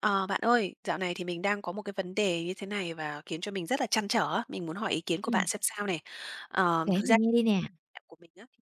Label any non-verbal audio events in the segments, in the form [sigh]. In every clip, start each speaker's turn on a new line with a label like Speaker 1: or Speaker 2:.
Speaker 1: Ờ, Bạn ơi, dạo này thì mình đang có một cái vấn đề như thế này và khiến cho mình rất là trăn trở. Mình muốn hỏi ý kiến của bạn
Speaker 2: Ừm,
Speaker 1: xem sao này.
Speaker 2: kể
Speaker 1: Thực ra
Speaker 2: mình nghe đi nè.
Speaker 1: mẹ của mình á thì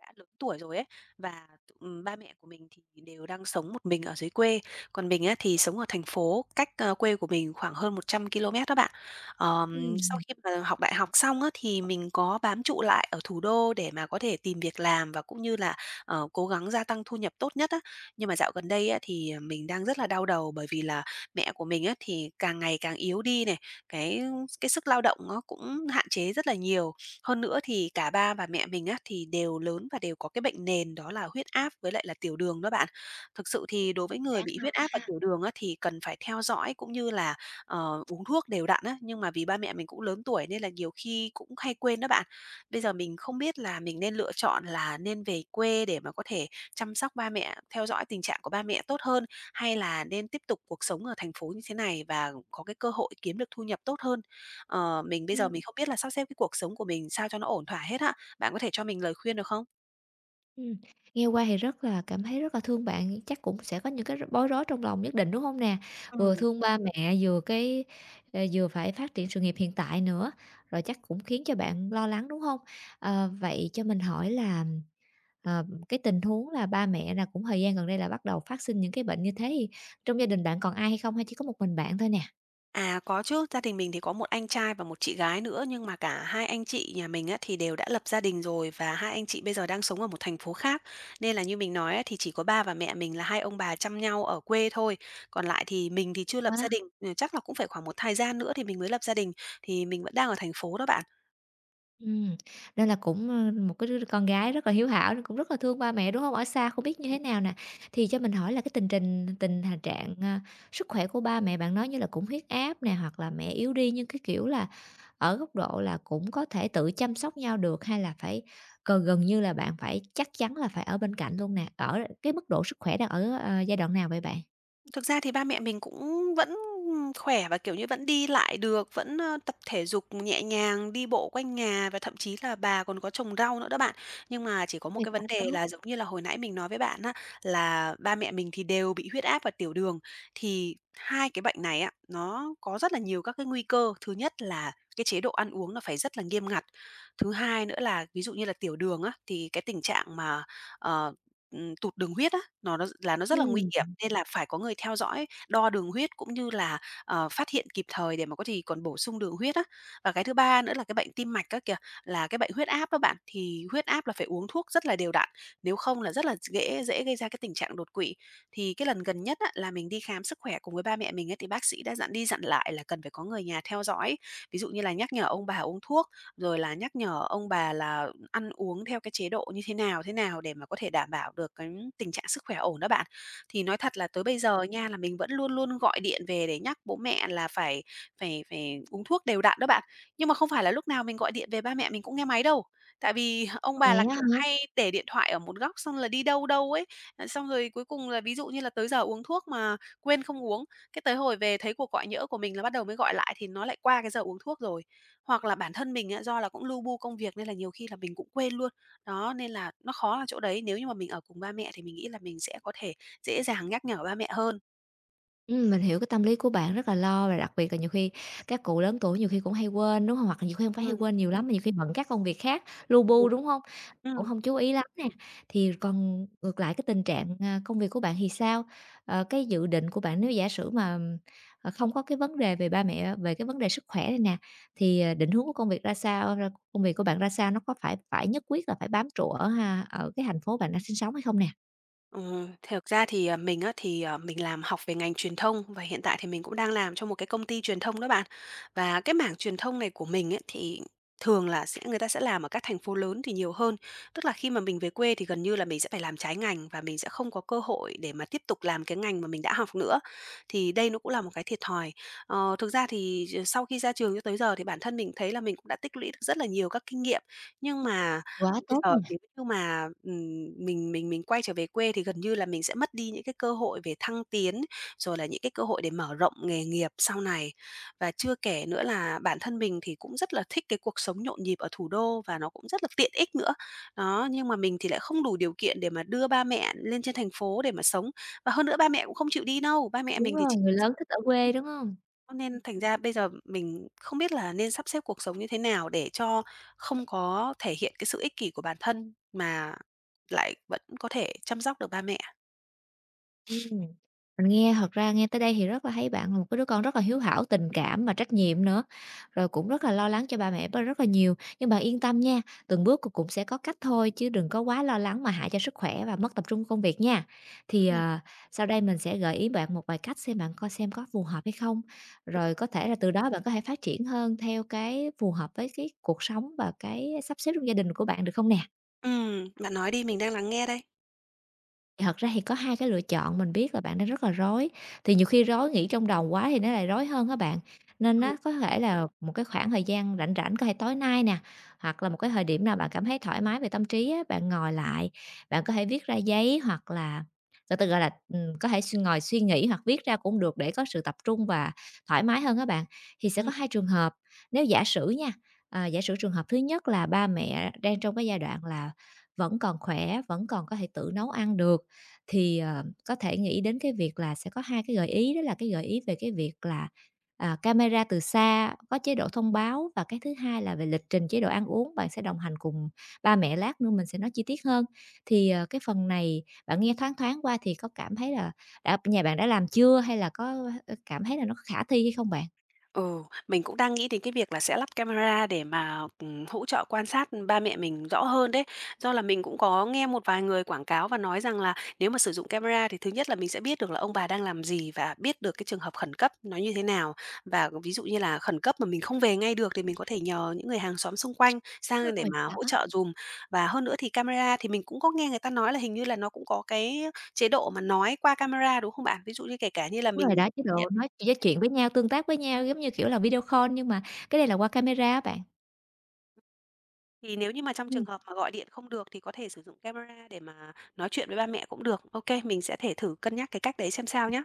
Speaker 1: đã lớn tuổi rồi ấy, và, ba mẹ của mình thì đều đang sống một mình ở dưới quê, còn mình á thì sống ở thành phố, cách, quê của mình khoảng hơn 100 ki-lô-mét đó bạn.
Speaker 2: Ừm,
Speaker 1: Sau khi mà học đại học xong á thì mình có bám trụ lại ở thủ đô để mà có thể tìm việc làm và cũng như là, cố gắng gia tăng thu nhập tốt nhất á. Nhưng mà dạo gần đây á thì mình đang rất là đau đầu bởi vì là mẹ của mình á thì càng ngày càng yếu đi này, cái cái sức lao động nó cũng hạn chế rất là nhiều. Hơn nữa thì cả ba và mẹ mình á, thì đều lớn và đều có cái bệnh nền đó là huyết áp với lại là tiểu đường đó bạn. Thực sự thì đối với người
Speaker 2: đáng
Speaker 1: bị
Speaker 2: ha.
Speaker 1: huyết áp và tiểu đường á, thì cần phải theo dõi cũng như là, uống thuốc đều đặn á, nhưng mà vì ba mẹ mình cũng lớn tuổi nên là nhiều khi cũng hay quên đó bạn. Bây giờ mình không biết là mình nên lựa chọn là nên về quê để mà có thể chăm sóc ba mẹ, theo dõi tình trạng của ba mẹ tốt hơn, hay là nên tiếp tục cuộc sống ở thành phố như thế này và có cái cơ hội kiếm được thu nhập tốt hơn? Mình bây giờ
Speaker 2: Ừm,
Speaker 1: mình không biết là sắp xếp cái cuộc sống của mình sao cho nó ổn thỏa hết á, bạn có thể cho mình lời khuyên được không?
Speaker 2: ừm, nghe qua thì rất là cảm thấy rất là thương bạn, chắc cũng sẽ có những cái bối rối trong lòng nhất định, đúng hông nè? Vừa
Speaker 1: Ừm.
Speaker 2: thương ba mẹ, vừa vừa phải phát triển sự nghiệp hiện tại nữa, rồi chắc cũng khiến cho bạn lo lắng, đúng hông? Vậy cho mình hỏi là, cái tình huống là ba mẹ là cũng thời gian gần đây là bắt đầu phát sinh những cái bệnh như thế thì trong gia đình bạn còn ai hay không hay chỉ có một mình bạn thôi nè?
Speaker 1: À, có chứ, gia đình mình thì có một anh trai và một chị gái nữa, nhưng mà cả hai anh chị nhà mình á, thì đều đã lập gia đình rồi và hai anh chị bây giờ đang sống ở một thành phố khác. Nên là như mình nói á, thì chỉ có ba và mẹ mình là hai ông bà chăm nhau ở quê thôi, còn lại thì mình thì chưa lập gia
Speaker 2: Wow!
Speaker 1: đình, ừ, chắc là cũng phải khoảng một thời gian nữa thì mình mới lập gia đình, thì mình vẫn đang ở thành phố đó bạn.
Speaker 2: Ừm, nên là cũng, một cái đứa con gái rất là hiếu thảo nên cũng rất là thương ba mẹ, đúng không? Ở xa không biết như thế nào nè. Thì cho mình hỏi là cái tình trình tình hà trạng, sức khỏe của ba mẹ bạn nói như là cũng huyết áp nè, hoặc là mẹ yếu đi, nhưng cái kiểu là ở góc độ là cũng có thể tự chăm sóc nhau được, hay là phải gần gần như là bạn phải chắc chắn là phải ở bên cạnh luôn nè? Ở cái mức độ sức khỏe đang ở, giai đoạn nào vậy bạn?
Speaker 1: Thực ra thì ba mẹ mình cũng vẫn khỏe và, kiểu như, vẫn đi lại được, vẫn, tập thể dục nhẹ nhàng, đi bộ quanh nhà và thậm chí là bà còn có trồng rau nữa đó bạn. Nhưng mà chỉ có một
Speaker 2: Sức
Speaker 1: cái
Speaker 2: quá
Speaker 1: vấn đề
Speaker 2: tốt.
Speaker 1: là giống như là hồi nãy mình nói với bạn á, là ba mẹ mình thì đều bị huyết áp và tiểu đường. Thì hai cái bệnh này á, nó có rất là nhiều các cái nguy cơ. Thứ nhất là cái chế độ ăn uống nó phải rất là nghiêm ngặt. Thứ hai nữa là ví dụ như là tiểu đường á, thì cái tình trạng mà, ờ, tụt đường huyết á, nó là nó rất là nguy
Speaker 2: Ừm,
Speaker 1: hiểm, nên là phải có người theo dõi, đo đường huyết cũng như là, phát hiện kịp thời để mà có thể còn bổ sung đường huyết á. Và cái thứ ba nữa là cái bệnh tim mạch á kìa, là cái bệnh huyết áp đó bạn, thì huyết áp là phải uống thuốc rất là đều đặn, nếu không là rất là dễ dễ gây ra cái tình trạng đột quỵ. Thì cái lần gần nhất á, là mình đi khám sức khỏe cùng với ba mẹ mình ấy, thì bác sĩ đã dặn đi dặn lại là cần phải có người nhà theo dõi, ví dụ như là nhắc nhở ông bà uống thuốc, rồi là nhắc nhở ông bà là ăn uống theo cái chế độ như thế nào để mà có thể đảm bảo được cái tình trạng sức khỏe ổn đó bạn. Thì nói thật là tới bây giờ nha, là mình vẫn luôn luôn gọi điện về để nhắc bố mẹ là phải phải phải uống thuốc đều đặn đó bạn. Nhưng mà không phải là lúc nào mình gọi điện về ba mẹ mình cũng nghe máy đâu. Tại vì [laughs] ông bà là,
Speaker 2: vậy á
Speaker 1: kiểu,
Speaker 2: hả?
Speaker 1: hay để điện thoại ở một góc xong là đi đâu đâu ấy, xong rồi cuối cùng là ví dụ như là tới giờ uống thuốc mà quên không uống cái tới hồi về thấy cuộc gọi nhỡ của mình là bắt đầu mới gọi lại thì nó lại qua cái giờ uống thuốc rồi. Hoặc là bản thân mình á, do là cũng lu bu công việc nên là nhiều khi là mình cũng quên luôn. Đó, nên là nó khó là chỗ đấy, nếu như mà mình ở cùng ba mẹ thì mình nghĩ là mình sẽ có thể dễ dàng nhắc nhở ba mẹ hơn.
Speaker 2: Mình hiểu cái tâm lý của bạn rất là lo và đặc biệt là nhiều khi các cụ lớn tuổi nhiều khi cũng hay quên, đúng không? Hoặc là nhiều khi hông phải
Speaker 1: Ừm,
Speaker 2: hay quên nhiều lắm, mà nhiều khi bận các công việc khác, lu
Speaker 1: đúng.
Speaker 2: bu, đúng không? Cũng không chú ý lắm nè. Thì còn ngược lại cái tình trạng, công việc của bạn thì sao? Cái dự định của bạn nếu giả sử mà, không có cái vấn đề về ba mẹ về cái vấn đề sức khỏe này nè, thì, định hướng của công việc ra sao? Công việc của bạn ra sao? Nó có phải phải nhất quyết là phải bám trụ ở ở cái thành phố bạn đang sinh sống hay không nè?
Speaker 1: Ờ, thực ra thì, mình á, thì, mình làm học về ngành truyền thông và hiện tại thì mình cũng đang làm cho một cái công ty truyền thông đó bạn. Và cái mảng truyền thông này của mình ấy, thì thường là sẽ người ta sẽ làm ở các thành phố lớn thì nhiều hơn. Tức là khi mà mình về quê thì gần như là mình sẽ phải làm trái ngành và mình sẽ không có cơ hội để mà tiếp tục làm cái ngành mà mình đã học nữa. Thì đây nó cũng là một cái thiệt thòi. Thực ra thì, sau khi ra trường cho tới giờ thì bản thân mình thấy là mình cũng đã tích lũy được rất là nhiều các kinh nghiệm, nhưng mà
Speaker 2: Quá
Speaker 1: bây
Speaker 2: tốt
Speaker 1: giờ
Speaker 2: nè,
Speaker 1: nếu như mà, mình quay trở về quê thì gần như là mình sẽ mất đi những cái cơ hội về thăng tiến, rồi là những cái cơ hội để mở rộng nghề nghiệp sau này. Và chưa kể nữa là bản thân mình thì cũng rất là thích cái cuộc sống nhộn nhịp ở thủ đô và nó cũng rất là tiện ích nữa. Đó, nhưng mà mình thì lại không đủ điều kiện để mà đưa ba mẹ lên trên thành phố để mà sống. Và hơn nữa ba mẹ cũng không chịu đi đâu, ba mẹ
Speaker 2: đúng
Speaker 1: mình thì
Speaker 2: rồi,
Speaker 1: chỉ
Speaker 2: người lớn thích ở quê, đúng không?
Speaker 1: cho nên thành ra bây giờ mình không biết là nên sắp xếp cuộc sống như thế nào để cho không có thể hiện cái sự ích kỷ của bản thân mà lại vẫn có thể chăm sóc được ba mẹ.
Speaker 2: Ừm, mình nghe thật ra nghe tới đây thì rất là thấy bạn là một cái đứa con rất là hiếu thảo, tình cảm mà trách nhiệm nữa, rồi cũng rất là lo lắng cho ba mẹ rất là nhiều. Nhưng bạn yên tâm nha, từng bước cũng sẽ có cách thôi chứ đừng có quá lo lắng mà hại cho sức khỏe và mất tập trung công việc nha. Thì,
Speaker 1: Ừm.
Speaker 2: sau đây mình sẽ gợi ý bạn một vài cách xem bạn coi xem có phù hợp hay không, rồi có thể là từ đó bạn có thể phát triển hơn theo cái phù hợp với cái cuộc sống và cái sắp xếp trong gia đình của bạn, được không nè?
Speaker 1: Bạn nói đi, mình đang lắng nghe đây.
Speaker 2: Thật ra thì có hai cái lựa chọn, mình biết là bạn đang rất là rối, thì nhiều khi rối nghĩ trong đầu quá thì nó lại rối hơn các bạn. Nên nó có thể là một cái khoảng thời gian rảnh rảnh, có thể tối nay nè, hoặc là một cái thời điểm nào bạn cảm thấy thoải mái về tâm trí á, bạn ngồi lại, bạn có thể viết ra giấy hoặc là từ từ, gọi là, có thể ngồi suy nghĩ hoặc viết ra cũng được để có sự tập trung và thoải mái hơn các bạn. Thì
Speaker 1: Ừ.
Speaker 2: sẽ có hai trường hợp, nếu giả sử nha, giả sử trường hợp thứ nhất là ba mẹ đang trong cái giai đoạn là vẫn còn khỏe, vẫn còn có thể tự nấu ăn được, thì, có thể nghĩ đến cái việc là sẽ có 2 cái gợi ý, đó là cái gợi ý về cái việc là, camera từ xa có chế độ thông báo và cái thứ hai là về lịch trình chế độ ăn uống, bạn sẽ đồng hành cùng ba mẹ, lát nữa mình sẽ nói chi tiết hơn. Thì, cái phần này bạn nghe thoáng thoáng qua thì có cảm thấy là nhà bạn đã làm chưa hay là có, cảm thấy là nó khả thi hay không bạn?
Speaker 1: Ừ, mình cũng đang nghĩ đến cái việc là sẽ lắp camera để mà, hỗ trợ quan sát ba mẹ mình rõ hơn đấy. Do là mình cũng có nghe một vài người quảng cáo và nói rằng là nếu mà sử dụng camera thì thứ nhất là mình sẽ biết được là ông bà đang làm gì và biết được cái trường hợp khẩn cấp nó như thế nào. Và ví dụ như là khẩn cấp mà mình không về ngay được thì mình có thể nhờ những người hàng xóm xung quanh
Speaker 2: Đúng
Speaker 1: sang để
Speaker 2: rồi,
Speaker 1: mà
Speaker 2: đó.
Speaker 1: hỗ trợ giùm. Và hơn nữa thì camera thì mình cũng có nghe người ta nói là hình như là nó cũng có cái chế độ mà nói qua camera, đúng không bạn? Ví dụ như kể cả như là
Speaker 2: Đúng rồi
Speaker 1: mình
Speaker 2: đó, chế độ nói chuyện với nhau, tương tác với nhau giống như, kiểu là, video call nhưng mà cái này là qua camera á bạn.
Speaker 1: thì nếu như mà trong trường hợp mà gọi điện không được thì có thể sử dụng camera để mà nói chuyện với ba mẹ cũng được. OK, mình sẽ thể thử cân nhắc cái cách đấy xem sao nhá.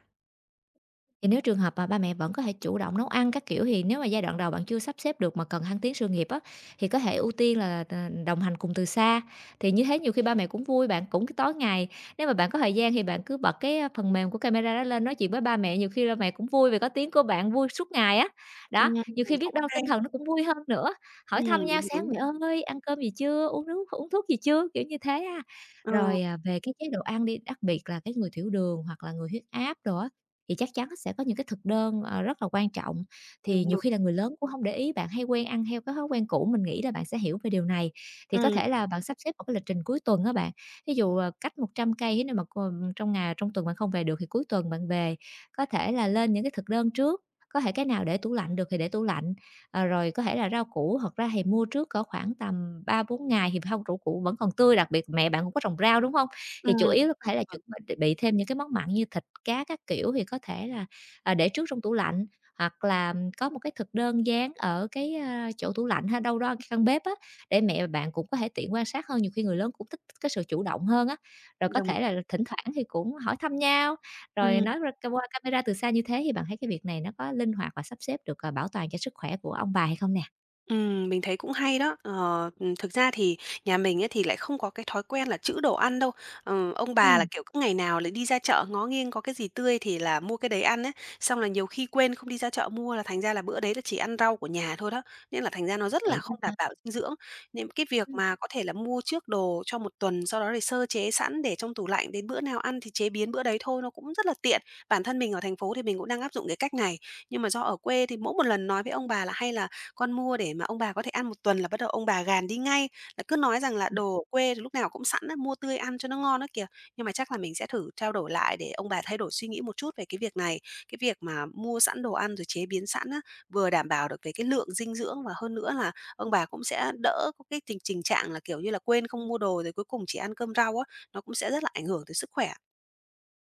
Speaker 2: Thì nếu trường hợp mà ba mẹ vẫn có thể chủ động nấu ăn các kiểu, thì nếu mà giai đoạn đầu bạn chưa sắp xếp được mà cần thăng tiến sự nghiệp á, thì có thể ưu tiên là, đồng hành cùng từ xa. Thì như thế nhiều khi ba mẹ cũng vui, bạn cũng cái tối ngày nếu mà bạn có thời gian thì bạn cứ bật cái, phần mềm của camera đó lên nói chuyện với ba mẹ, nhiều khi ba mẹ cũng vui vì có tiếng của bạn vui suốt ngày á. Đó,
Speaker 1: Ừm,
Speaker 2: nhiều khi
Speaker 1: cũng
Speaker 2: biết đâu
Speaker 1: hay.
Speaker 2: tinh thần nó cũng vui hơn nữa, hỏi
Speaker 1: Ừm,
Speaker 2: thăm nhau
Speaker 1: đúng,
Speaker 2: "Sáng
Speaker 1: đúng.
Speaker 2: mẹ ơi, ăn cơm gì chưa? Uống nước uống thuốc gì chưa?" Kiểu như thế á.
Speaker 1: Ờ,
Speaker 2: Rồi, về cái chế độ ăn đi, đặc biệt là cái người tiểu đường hoặc là người huyết áp đồ á, thì chắc chắn sẽ có những cái thực đơn, rất là quan trọng, thì
Speaker 1: đúng,
Speaker 2: nhiều
Speaker 1: đúng.
Speaker 2: khi là người lớn cũng không để ý, bạn hay quen ăn theo cái thói quen cũ, mình nghĩ là bạn sẽ hiểu về điều này. Thì có
Speaker 1: Ừm,
Speaker 2: thể là bạn sắp xếp một cái lịch trình cuối tuần đó bạn, ví dụ, cách 100 cây nếu mà còn trong ngày trong tuần bạn không về được thì cuối tuần bạn về. Có thể là lên những cái thực đơn trước, có thể cái nào để tủ lạnh được thì để tủ lạnh, rồi có thể là rau củ thật ra thì mua trước cỡ khoảng tầm ba bốn ngày thì rau củ củ vẫn còn tươi, đặc biệt mẹ bạn cũng có trồng rau, đúng không? Thì
Speaker 1: ừm,
Speaker 2: chủ yếu là có thể là
Speaker 1: ờ,
Speaker 2: chuẩn bị thêm những cái món mặn như thịt cá các kiểu thì có thể là, để trước trong tủ lạnh, hoặc là có một cái thực đơn dán ở cái, chỗ tủ lạnh hay đâu đó căn bếp á, để mẹ và bạn cũng có thể tiện quan sát hơn. Nhiều khi người lớn cũng thích cái sự chủ động hơn á, rồi có
Speaker 1: đồng
Speaker 2: thể là thỉnh thoảng thì cũng hỏi thăm nhau, rồi
Speaker 1: ừm.
Speaker 2: nói ra ca qua camera từ xa như thế thì bạn thấy cái việc này nó có linh hoạt và sắp xếp được, bảo toàn cho sức khỏe của ông bà hay không nè?
Speaker 1: Mình thấy cũng hay đó. Ờ, thực ra thì nhà mình ấy thì lại không có cái thói quen là trữ đồ ăn đâu. Ờ, ông bà là,
Speaker 2: Ừm,
Speaker 1: kiểu, cứ ngày nào lại đi ra chợ ngó nghiêng có cái gì tươi thì là mua cái đấy ăn ấy, xong là nhiều khi quên không đi ra chợ mua là thành ra là bữa đấy là chỉ ăn rau của nhà thôi đó, nên là thành ra nó rất là
Speaker 2: vậy đó
Speaker 1: không đảm
Speaker 2: ha.
Speaker 1: bảo dinh dưỡng. Nên cái việc mà có thể là mua trước đồ cho một tuần, sau đó thì sơ chế sẵn để trong tủ lạnh, đến bữa nào ăn thì chế biến bữa đấy thôi, nó cũng rất là tiện. Bản thân mình ở thành phố thì mình cũng đang áp dụng cái cách này, nhưng mà do ở quê thì mỗi một lần nói với ông bà là hay là con mua để mà ông bà có thể ăn một tuần là bắt đầu ông bà gàn đi ngay, là cứ nói rằng là đồ ở quê thì lúc nào cũng sẵn á, mua tươi ăn cho nó ngon á kìa. Nhưng mà chắc là mình sẽ thử trao đổi lại để ông bà thay đổi suy nghĩ một chút về cái việc này, cái việc mà mua sẵn đồ ăn rồi chế biến sẵn á, vừa đảm bảo được về cái lượng dinh dưỡng và hơn nữa là ông bà cũng sẽ đỡ có cái tình tình trạng là, kiểu như là, quên không mua đồ rồi cuối cùng chỉ ăn cơm rau á, nó cũng sẽ rất là ảnh hưởng tới sức khỏe.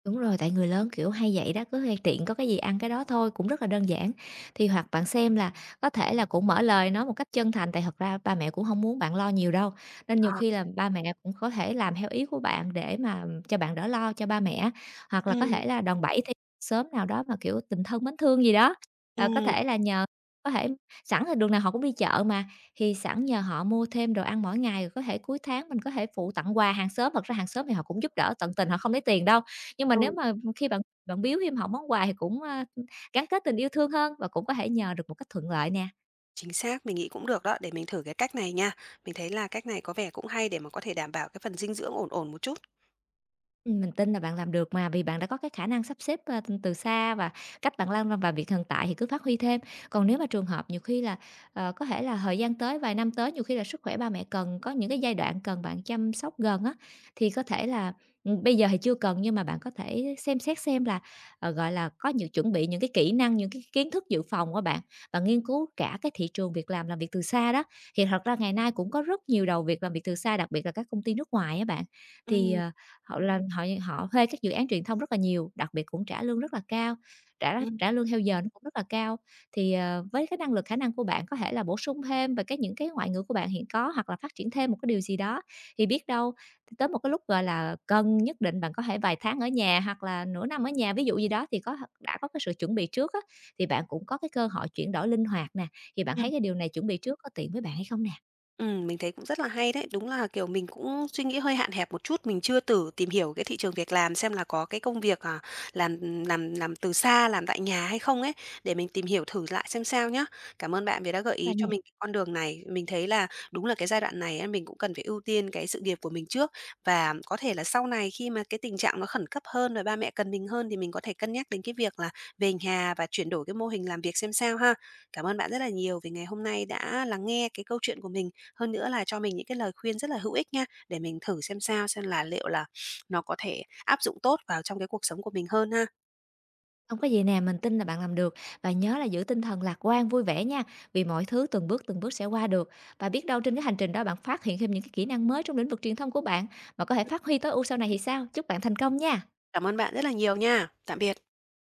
Speaker 2: Đúng rồi, tại người lớn, kiểu, hay vậy đó, cứ hay tiện có cái gì ăn cái đó thôi, cũng rất là đơn giản. Thì hoặc bạn xem là có thể là cũng mở lời nói một cách chân thành, tại thật ra ba mẹ cũng không muốn bạn lo nhiều đâu, nên
Speaker 1: Ờ.
Speaker 2: nhiều khi là ba mẹ cũng có thể làm theo ý của bạn để mà cho bạn đỡ lo cho ba mẹ. Hoặc là có
Speaker 1: Ừm,
Speaker 2: thể là đòn bẩy thì sớm nào đó mà, kiểu, tình thân mến thương gì đó, có
Speaker 1: ừm,
Speaker 2: thể là nhờ có thể sẵn thì đường nào họ cũng đi chợ mà, thì sẵn nhờ họ mua thêm đồ ăn mỗi ngày, rồi có thể cuối tháng mình có thể phụ tặng quà hàng xóm. Thật ra hàng xóm thì họ cũng giúp đỡ tận tình, họ không lấy tiền đâu. Nhưng mà
Speaker 1: ừ.
Speaker 2: nếu mà khi bạn bạn biếu thêm họ món quà thì cũng, gắn kết tình yêu thương hơn và cũng có thể nhờ được một cách thuận lợi nè.
Speaker 1: Chính xác, mình nghĩ cũng được đó, để mình thử cái cách này nha. Mình thấy là cách này có vẻ cũng hay để mà có thể đảm bảo cái phần dinh dưỡng ổn ổn một chút.
Speaker 2: Mình tin là bạn làm được mà, vì bạn đã có cái khả năng sắp xếp, từ xa và cách bạn làm và việc hiện tại thì cứ phát huy thêm. Còn nếu mà trường hợp nhiều khi là, có thể là thời gian tới, vài năm tới, nhiều khi là sức khỏe ba mẹ cần có những cái giai đoạn cần bạn chăm sóc gần á, thì có thể là, bây giờ thì chưa cần nhưng mà bạn có thể xem xét xem là, gọi là, có những chuẩn bị những cái kỹ năng, những cái kiến thức dự phòng của bạn. Và nghiên cứu cả cái thị trường việc làm việc từ xa đó, thì thật ra ngày nay cũng có rất nhiều đầu việc làm việc từ xa, đặc biệt là các công ty nước ngoài á bạn. Thì,
Speaker 1: Ừm,
Speaker 2: họ làm họ họ thuê các dự án truyền thông rất là nhiều, đặc biệt cũng trả lương rất là cao, trả
Speaker 1: ừm,
Speaker 2: trả lương theo giờ nó cũng rất là cao. Thì, với cái năng lực khả năng của bạn có thể là bổ sung thêm về cái những cái ngoại ngữ của bạn hiện có hoặc là phát triển thêm một cái điều gì đó, thì biết đâu tới một cái lúc, gọi là, cần nhất định bạn có thể vài tháng ở nhà hoặc là nửa năm ở nhà, ví dụ gì đó thì đã có cái sự chuẩn bị trước á, thì bạn cũng có cái cơ hội chuyển đổi linh hoạt nè. Thì bạn
Speaker 1: ừm.
Speaker 2: thấy cái điều này chuẩn bị trước có tiện với bạn hay không nè?
Speaker 1: Mình thấy cũng rất là hay đấy. Đúng là, kiểu, mình cũng suy nghĩ hơi hạn hẹp một chút, mình chưa thử tìm hiểu cái thị trường việc làm xem là có cái công việc, à, làm từ xa, làm tại nhà hay không ấy, để mình tìm hiểu thử lại xem sao nhá. Cảm ơn bạn vì đã gợi ý
Speaker 2: Bạn
Speaker 1: cho
Speaker 2: nè.
Speaker 1: mình cái con đường này. Mình thấy là đúng là cái giai đoạn này á, mình cũng cần phải ưu tiên cái sự nghiệp của mình trước và có thể là sau này khi mà cái tình trạng nó khẩn cấp hơn, rồi ba mẹ cần mình hơn thì mình có thể cân nhắc đến cái việc là về nhà và chuyển đổi cái mô hình làm việc xem sao ha. Cảm ơn bạn rất là nhiều vì ngày hôm nay đã lắng nghe cái câu chuyện của mình hơn nữa là cho mình những cái lời khuyên rất là hữu ích nha, để mình thử xem sao, xem là liệu là nó có thể áp dụng tốt vào trong cái cuộc sống của mình hơn ha.
Speaker 2: Không có gì nè, mình tin là bạn làm được và nhớ là giữ tinh thần lạc quan, vui vẻ nha, vì mọi thứ từng bước sẽ qua được. Và biết đâu trên cái hành trình đó bạn phát hiện thêm những cái kỹ năng mới trong lĩnh vực truyền thông của bạn mà có thể phát huy tối ưu sau này thì sao? Chúc bạn thành công nha.
Speaker 1: Cảm ơn bạn rất là nhiều nha. Tạm biệt.